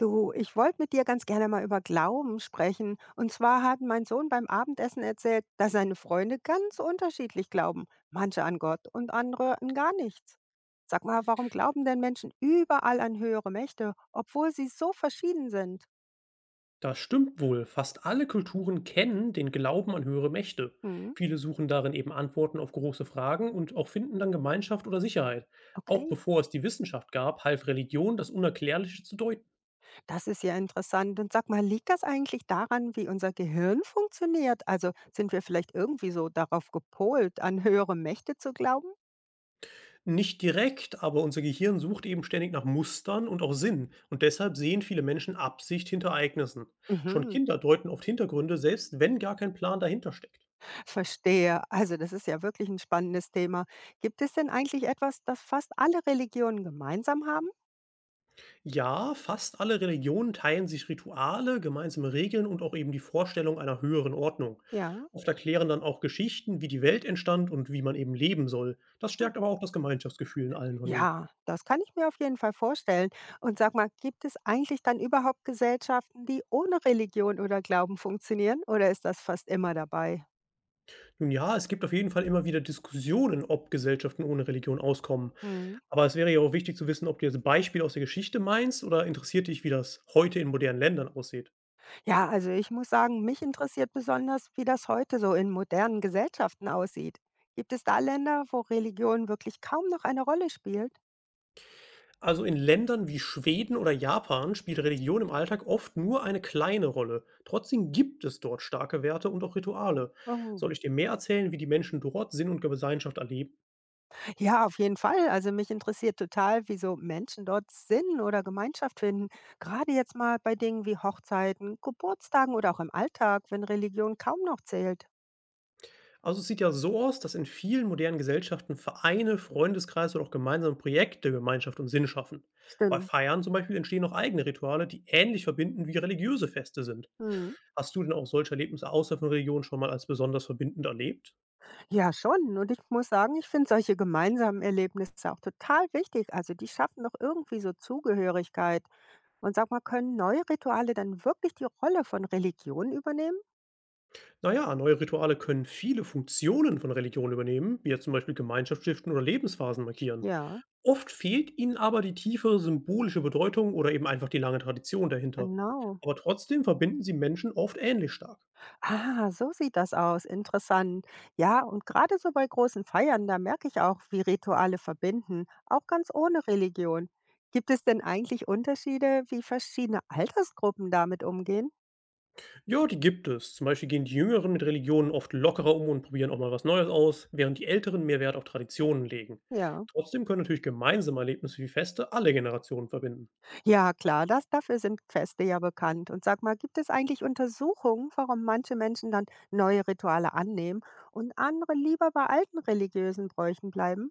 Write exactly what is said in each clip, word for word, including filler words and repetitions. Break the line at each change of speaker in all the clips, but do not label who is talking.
Du, ich wollte mit dir ganz gerne mal über Glauben sprechen. Und zwar hat mein Sohn beim Abendessen erzählt, dass seine Freunde ganz unterschiedlich glauben. Manche an Gott und andere an gar nichts. Sag mal, warum glauben denn Menschen überall an höhere Mächte, obwohl sie so verschieden sind?
Das stimmt wohl. Fast alle Kulturen kennen den Glauben an höhere Mächte.
Hm,
Viele suchen darin eben Antworten auf große Fragen und auch finden dann Gemeinschaft oder Sicherheit. Auch
okay,
bevor es die Wissenschaft gab, half Religion, das Unerklärliche zu deuten.
das ist ja interessant. Und sag mal, liegt das eigentlich daran, wie unser Gehirn funktioniert? Also sind wir vielleicht irgendwie so darauf gepolt, an höhere Mächte zu glauben?
Nicht direkt, aber unser Gehirn sucht eben ständig nach Mustern und auch Sinn. Und deshalb sehen viele Menschen Absicht hinter Ereignissen. Schon
Mhm.
Kinder deuten oft Hintergründe, selbst wenn gar kein Plan dahinter steckt.
Verstehe. Also das ist ja wirklich ein spannendes Thema. Gibt es denn eigentlich etwas, das fast alle Religionen gemeinsam haben?
Ja, fast alle Religionen teilen sich Rituale, gemeinsame Regeln und auch eben die Vorstellung einer höheren Ordnung.
Ja.
Oft erklären dann auch Geschichten, wie die Welt entstand und wie man eben leben soll. Das
Hm.
stärkt aber auch das Gemeinschaftsgefühl in allen von ihnen.
Ja, das kann ich mir auf jeden Fall vorstellen. Und sag mal, gibt es eigentlich dann überhaupt Gesellschaften, die ohne Religion oder Glauben funktionieren, oder ist das fast immer dabei?
Nun ja, es gibt auf jeden Fall immer wieder Diskussionen, ob Gesellschaften ohne Religion auskommen.
Mhm.
Aber es wäre ja auch wichtig zu wissen, ob du jetzt Beispiele aus der Geschichte meinst oder interessiert dich, wie das heute in modernen Ländern aussieht.
Ja, also ich muss sagen, mich interessiert besonders, wie das heute so in modernen Gesellschaften aussieht. Gibt es da Länder, wo Religion wirklich kaum noch eine Rolle spielt?
Also in Ländern wie Schweden oder Japan spielt Religion im Alltag oft nur eine kleine Rolle. Trotzdem gibt es dort starke Werte und auch Rituale.
Oh.
Soll ich dir mehr erzählen, wie die Menschen dort Sinn und Gemeinschaft erleben?
Ja, auf jeden Fall. Also mich interessiert total, wieso Menschen dort Sinn oder Gemeinschaft finden. Gerade jetzt mal bei Dingen wie Hochzeiten, Geburtstagen oder auch im Alltag, wenn Religion kaum noch zählt.
Also es sieht ja so aus, dass in vielen modernen Gesellschaften Vereine, Freundeskreise oder auch gemeinsame Projekte Gemeinschaft und Sinn schaffen. Bei
Stimmt.
Feiern zum Beispiel entstehen auch eigene Rituale, die ähnlich verbindend wie religiöse Feste sind.
Hm.
Hast du denn auch solche Erlebnisse außer von Religion schon mal als besonders verbindend erlebt?
Ja, schon. Und ich muss sagen, ich finde solche gemeinsamen Erlebnisse auch total wichtig. Also die schaffen doch irgendwie so Zugehörigkeit. Und sag mal, können neue Rituale dann wirklich die Rolle von Religion übernehmen?
Na ja, neue Rituale können viele Funktionen von Religion übernehmen, wie jetzt zum Beispiel Gemeinschaft oder Lebensphasen markieren.
Ja,
Oft fehlt ihnen aber die tiefe symbolische Bedeutung oder eben einfach die lange Tradition dahinter.
genau.
Aber trotzdem verbinden sie Menschen oft ähnlich stark.
Ah, so sieht das aus. Interessant. Ja, und gerade so bei großen Feiern, da merke ich auch, wie Rituale verbinden, auch ganz ohne Religion. Gibt es denn eigentlich Unterschiede, wie verschiedene Altersgruppen damit umgehen?
Ja, die gibt es. Zum Beispiel gehen die Jüngeren mit Religionen oft lockerer um und probieren auch mal was Neues aus, während die Älteren mehr Wert auf Traditionen legen.
Ja.
Trotzdem können natürlich gemeinsame Erlebnisse wie Feste alle Generationen verbinden.
Ja, klar, das, dafür sind Feste ja bekannt. Und sag mal, gibt es eigentlich Untersuchungen, warum manche Menschen dann neue Rituale annehmen und andere lieber bei alten religiösen Bräuchen bleiben?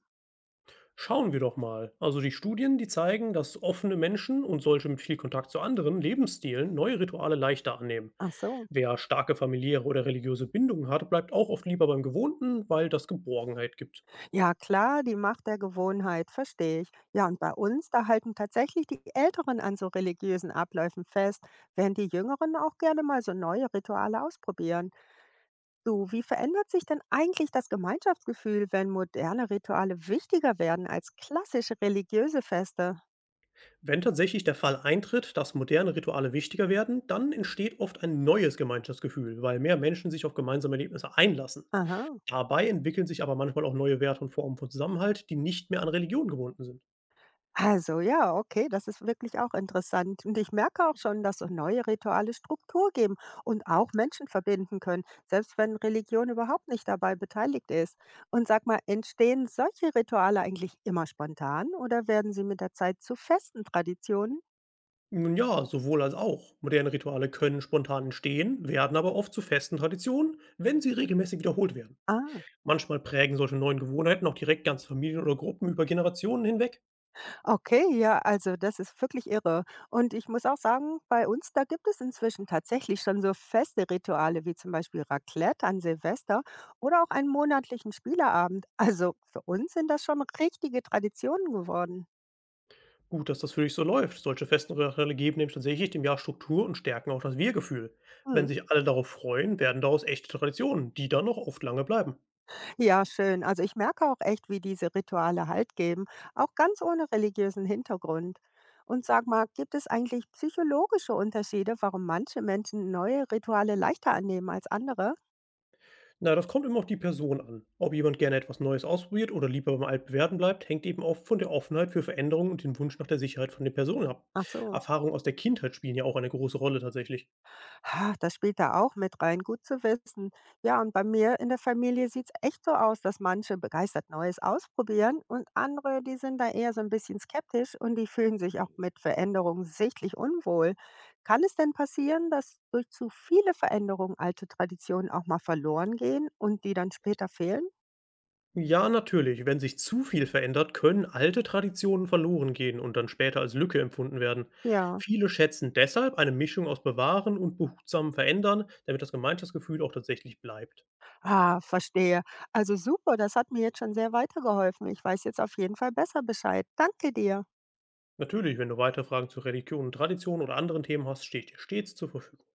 Schauen wir doch mal. Also die Studien, die zeigen, dass offene Menschen und solche mit viel Kontakt zu anderen Lebensstilen neue Rituale leichter annehmen.
Ach so.
Wer starke familiäre oder religiöse Bindungen hat, bleibt auch oft lieber beim Gewohnten, weil das Geborgenheit gibt.
Ja, klar, die Macht der Gewohnheit, verstehe ich. Ja, und bei uns, da halten tatsächlich die Älteren an so religiösen Abläufen fest, während die Jüngeren auch gerne mal so neue Rituale ausprobieren. Du, wie verändert sich denn eigentlich das Gemeinschaftsgefühl, wenn moderne Rituale wichtiger werden als klassische religiöse Feste?
Wenn tatsächlich der Fall eintritt, dass moderne Rituale wichtiger werden, dann entsteht oft ein neues Gemeinschaftsgefühl, weil mehr Menschen sich auf gemeinsame Erlebnisse einlassen.
Aha.
Dabei entwickeln sich aber manchmal auch neue Werte und Formen von Zusammenhalt, die nicht mehr an Religion gebunden sind.
Also ja, okay, das ist wirklich auch interessant. Und ich merke auch schon, dass so neue Rituale Struktur geben und auch Menschen verbinden können, selbst wenn Religion überhaupt nicht dabei beteiligt ist. Und sag mal, entstehen solche Rituale eigentlich immer spontan oder werden sie mit der Zeit zu festen Traditionen?
Nun ja, sowohl als auch. Moderne Rituale können spontan entstehen, werden aber oft zu festen Traditionen, wenn sie regelmäßig wiederholt werden.
Ah,
Manchmal prägen solche neuen Gewohnheiten auch direkt ganze Familien oder Gruppen über Generationen hinweg.
okay, ja, also das ist wirklich irre. Und ich muss auch sagen, bei uns, da gibt es inzwischen tatsächlich schon so feste Rituale wie zum Beispiel Raclette an Silvester oder auch einen monatlichen Spieleabend. Also für uns sind das schon richtige Traditionen geworden.
Gut, dass das für dich so läuft. Solche festen Rituale geben nämlich tatsächlich dem Jahr Struktur und stärken auch das Wir-Gefühl.
Hm.
Wenn sich alle darauf freuen, werden daraus echte Traditionen, die dann noch oft lange bleiben.
Ja, schön. Also ich merke auch echt, wie diese Rituale Halt geben, auch ganz ohne religiösen Hintergrund. Und sag mal, gibt es eigentlich psychologische Unterschiede, warum manche Menschen neue Rituale leichter annehmen als andere?
Na, das kommt immer auf die Person an. Ob jemand gerne etwas Neues ausprobiert oder lieber beim Altbewährten bleibt, hängt eben oft von der Offenheit für Veränderungen und dem Wunsch nach der Sicherheit von der Person ab.
Ach so.
Erfahrungen aus der Kindheit spielen ja auch eine große Rolle tatsächlich.
Ha, das spielt da auch mit rein, gut zu wissen. Ja, und bei mir in der Familie sieht es echt so aus, dass manche begeistert Neues ausprobieren, und andere, die sind da eher so ein bisschen skeptisch und die fühlen sich auch mit Veränderungen sichtlich unwohl. Kann es denn passieren, dass durch zu viele Veränderungen alte Traditionen auch mal verloren gehen und die dann später fehlen?
Ja, natürlich, wenn sich zu viel verändert, können alte Traditionen verloren gehen und dann später als Lücke empfunden werden.
Ja,
Viele schätzen deshalb eine Mischung aus Bewahren und behutsamem Verändern, damit das Gemeinschaftsgefühl auch tatsächlich bleibt.
ah, verstehe. Also super, das hat mir jetzt schon sehr weitergeholfen. Ich weiß jetzt auf jeden Fall besser Bescheid. Danke dir.
Natürlich, wenn du weitere Fragen zu Religion, Tradition oder anderen Themen hast, steht dir stets zur Verfügung.